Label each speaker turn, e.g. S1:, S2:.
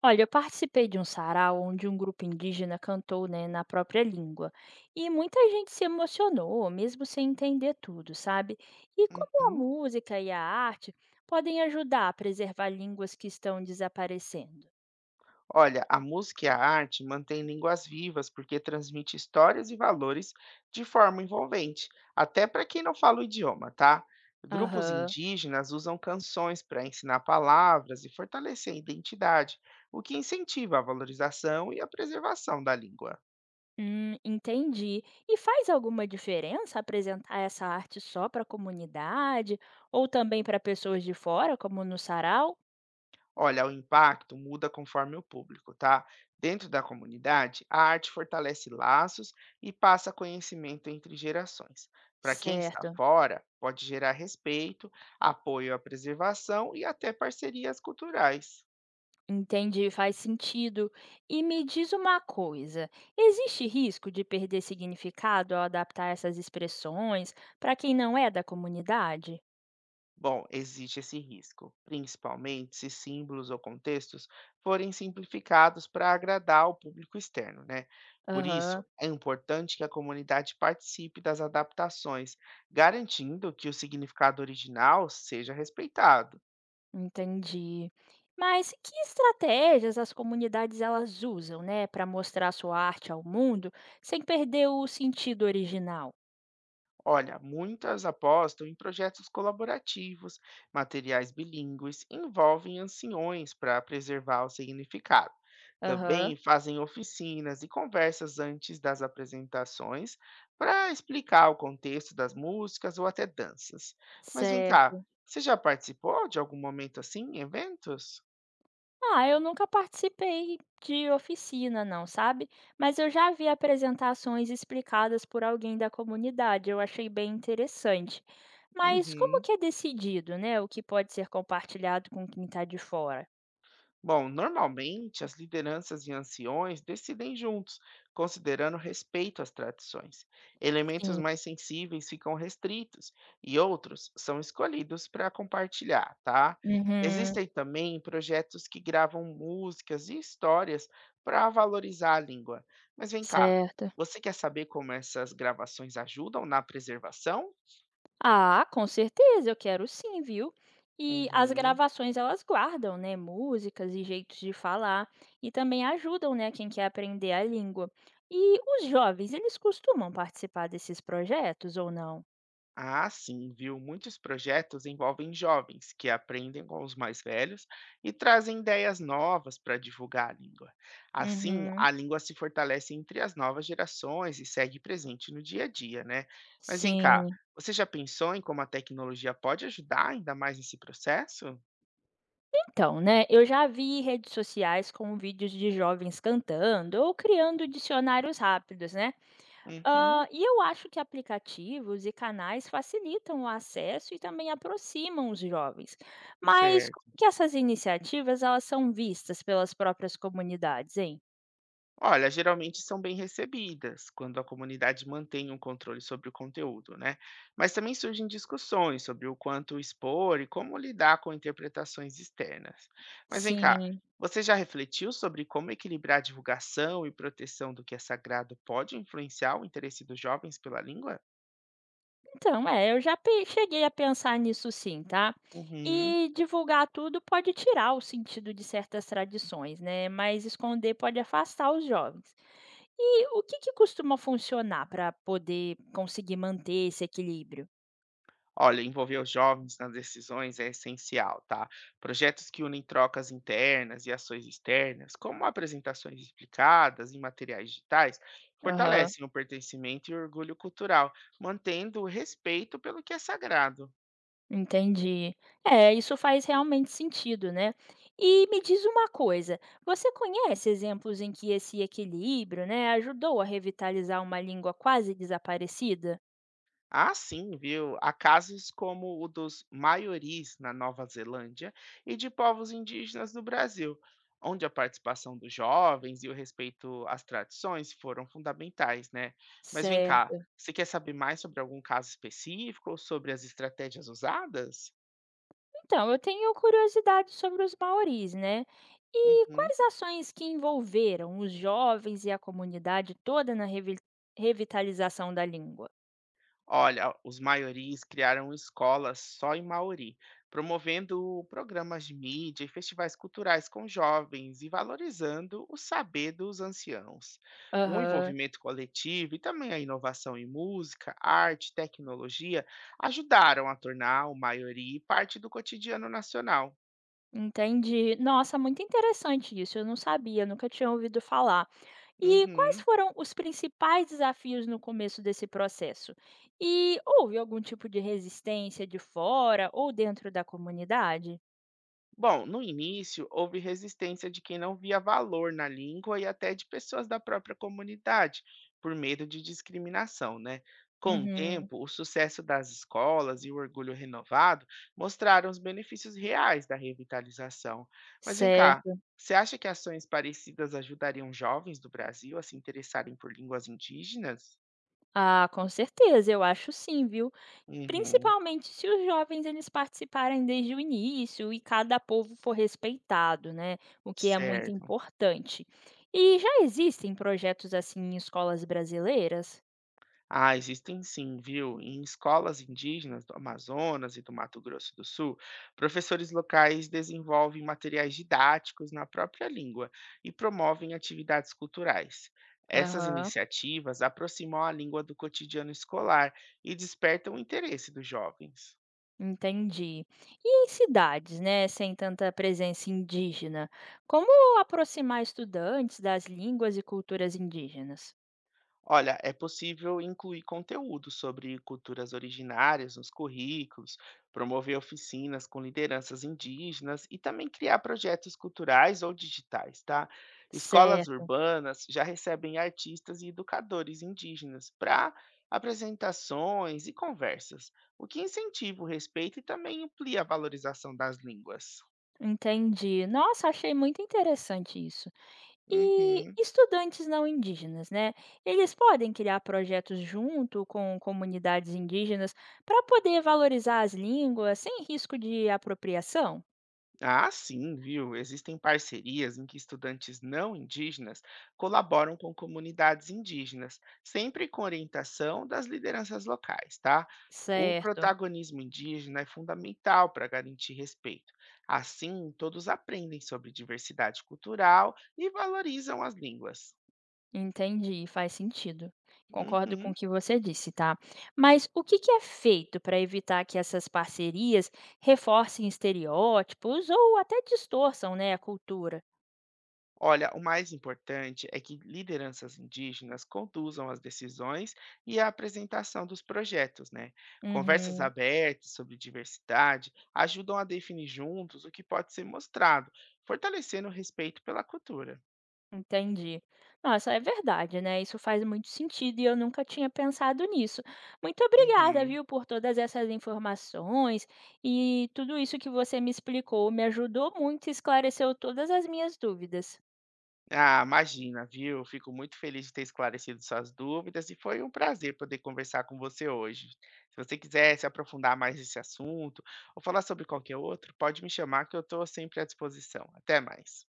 S1: Olha, eu participei de um sarau onde um grupo indígena cantou, né, na própria língua. E muita gente se emocionou, mesmo sem entender tudo, sabe? E como a
S2: Uhum.
S1: música e a arte podem ajudar a preservar línguas que estão desaparecendo?
S2: Olha, a música e a arte mantêm línguas vivas porque transmite histórias e valores de forma envolvente, até para quem não fala o idioma, tá? Grupos
S1: Aham.
S2: indígenas usam canções para ensinar palavras e fortalecer a identidade, o que incentiva a valorização e a preservação da língua.
S1: Entendi. E faz alguma diferença apresentar essa arte só para a comunidade ou também para pessoas de fora, como no sarau?
S2: Olha, o impacto muda conforme o público, tá? Dentro da comunidade, a arte fortalece laços e passa conhecimento entre gerações. Para quem está
S1: Certo.
S2: fora, pode gerar respeito, apoio à preservação e até parcerias culturais.
S1: Entendi, faz sentido. E me diz uma coisa: existe risco de perder significado ao adaptar essas expressões para quem não é da comunidade?
S2: Bom, existe esse risco, principalmente se símbolos ou contextos forem simplificados para agradar o público externo, né? Por isso,
S1: Aham,
S2: é importante que a comunidade participe das adaptações, garantindo que o significado original seja respeitado.
S1: entendi. Mas que estratégias as comunidades elas usam, né, para mostrar sua arte ao mundo sem perder o sentido original?
S2: Olha, muitas apostam em projetos colaborativos, materiais bilíngues, envolvem anciões para preservar o significado. Também
S1: Aham,
S2: fazem oficinas e conversas antes das apresentações para explicar o contexto das músicas ou até danças. Mas vem cá,
S1: certo.
S2: você já participou de algum momento assim em eventos?
S1: Ah, eu nunca participei de oficina não, sabe. Mas eu já vi apresentações explicadas por alguém da comunidade, eu achei bem interessante. Mas como
S2: Uhum.
S1: que é decidido, né, o que pode ser compartilhado com quem está de fora?
S2: Bom, normalmente as lideranças e anciões decidem juntos, considerando respeito às tradições. Elementos
S1: Sim.
S2: mais sensíveis ficam restritos e outros são escolhidos para compartilhar, tá?
S1: Uhum.
S2: Existem também projetos que gravam músicas e histórias para valorizar a língua. Mas vem cá,
S1: Certo.
S2: você quer saber como essas gravações ajudam na preservação?
S1: Ah, com certeza, eu quero sim, viu? E as
S2: Uhum.
S1: gravações elas guardam, né, músicas e jeitos de falar e também ajudam, né, quem quer aprender a língua. E os jovens, eles costumam participar desses projetos ou não?
S2: Ah, sim, viu? Muitos projetos envolvem jovens que aprendem com os mais velhos e trazem ideias novas para divulgar a língua. Assim,
S1: Uhum.
S2: a língua se fortalece entre as novas gerações e segue presente no dia a dia, né? Mas vem cá,
S1: Sim.
S2: você já pensou em como a tecnologia pode ajudar ainda mais nesse processo?
S1: Então, né, eu já vi redes sociais com vídeos de jovens cantando ou criando dicionários rápidos, né?
S2: Uhum,
S1: E eu acho que aplicativos e canais facilitam o acesso e também aproximam os jovens. Mas como
S2: certo.
S1: que essas iniciativas elas são vistas pelas próprias comunidades, hein?
S2: Olha, geralmente são bem recebidas quando a comunidade mantém um controle sobre o conteúdo, né? Mas também surgem discussões sobre o quanto expor e como lidar com interpretações externas. Mas vem cá,
S1: Sim,
S2: você já refletiu sobre como equilibrar a divulgação e proteção do que é sagrado pode influenciar o interesse dos jovens pela língua?
S1: então, é, eu já pe cheguei a pensar nisso sim, tá?
S2: Uhum.
S1: E divulgar tudo pode tirar o sentido de certas tradições, né? Mas esconder pode afastar os jovens. E o que que costuma funcionar para poder conseguir manter esse equilíbrio?
S2: Olha, envolver os jovens nas decisões é essencial, tá? Projetos que unem trocas internas e ações externas, como apresentações explicadas em materiais digitais,
S1: Aham.
S2: fortalecem o pertencimento e o orgulho cultural, mantendo o respeito pelo que é sagrado.
S1: Entendi. É, isso faz realmente sentido, né? E me diz uma coisa, você conhece exemplos em que esse equilíbrio, né, ajudou a revitalizar uma língua quase desaparecida?
S2: Ah, sim, viu? Há casos como o dos maioris na Nova Zelândia e de povos indígenas do Brasil, onde a participação dos jovens e o respeito às tradições foram fundamentais, né? Mas vem cá,
S1: Certo.
S2: você quer saber mais sobre algum caso específico ou sobre as estratégias usadas?
S1: Então, eu tenho curiosidade sobre os maoris, né? E
S2: Uhum.
S1: quais ações que envolveram os jovens e a comunidade toda na revitalização da língua?
S2: Olha, os maioris criaram escolas só em Maori, promovendo programas de mídia e festivais culturais com jovens e valorizando o saber dos anciãos. O
S1: Aham,
S2: envolvimento coletivo e também a inovação em música, arte, tecnologia ajudaram a tornar o maori parte do cotidiano nacional.
S1: entendi. Nossa, muito interessante isso. Eu não sabia, nunca tinha ouvido falar. E quais
S2: Uhum.
S1: foram os principais desafios no começo desse processo? E houve algum tipo de resistência de fora ou dentro da comunidade?
S2: Bom, no início houve resistência de quem não via valor na língua e até de pessoas da própria comunidade, por medo de discriminação, né? Com o
S1: Uhum,
S2: tempo, o sucesso das escolas e o orgulho renovado mostraram os benefícios reais da revitalização. Mas vem cá,
S1: certo.
S2: você acha que ações parecidas ajudariam jovens do Brasil a se interessarem por línguas indígenas?
S1: Ah, com certeza, eu acho sim, viu?
S2: Uhum,
S1: Principalmente se os jovens eles participarem desde o início e cada povo for respeitado, né? O que é muito
S2: certo.
S1: importante. E já existem projetos assim em escolas brasileiras?
S2: Ah, existem sim, viu? Em escolas indígenas do Amazonas e do Mato Grosso do Sul, professores locais desenvolvem materiais didáticos na própria língua e promovem atividades culturais. Essas
S1: Aham.
S2: iniciativas aproximam a língua do cotidiano escolar e despertam o interesse dos jovens.
S1: Entendi. E em cidades, né, sem tanta presença indígena, como aproximar estudantes das línguas e culturas indígenas?
S2: Olha, é possível incluir conteúdo sobre culturas originárias nos currículos, promover oficinas com lideranças indígenas e também criar projetos culturais ou digitais, tá? Escolas
S1: Certo,
S2: urbanas já recebem artistas e educadores indígenas para apresentações e conversas, o que incentiva o respeito e também amplia a valorização das línguas.
S1: entendi. Nossa, achei muito interessante isso. E
S2: Uhum.
S1: estudantes não indígenas, né? Eles podem criar projetos junto com comunidades indígenas para poder valorizar as línguas sem risco de apropriação?
S2: Ah, sim, viu? Existem parcerias em que estudantes não indígenas colaboram com comunidades indígenas, sempre com orientação das lideranças locais, tá? O
S1: Certo.
S2: protagonismo indígena é fundamental para garantir respeito. Assim, todos aprendem sobre diversidade cultural e valorizam as línguas.
S1: Entendi, faz sentido. Concordo com o
S2: Uhum.
S1: que você disse, tá? Mas o que que é feito para evitar que essas parcerias reforcem estereótipos ou até distorçam, né, a cultura?
S2: Olha, o mais importante é que lideranças indígenas conduzam as decisões e a apresentação dos projetos, né? Conversas
S1: Uhum,
S2: abertas sobre diversidade ajudam a definir juntos o que pode ser mostrado, fortalecendo o respeito pela cultura.
S1: entendi. Nossa, é verdade, né? Isso faz muito sentido e eu nunca tinha pensado nisso. Muito obrigada,
S2: Uhum.
S1: viu, por todas essas informações e tudo isso que você me explicou me ajudou muito e esclareceu todas as minhas dúvidas.
S2: Ah, imagina, viu? Fico muito feliz de ter esclarecido suas dúvidas e foi um prazer poder conversar com você hoje. Se você quiser se aprofundar mais nesse assunto ou falar sobre qualquer outro, pode me chamar que eu estou sempre à disposição. Até mais.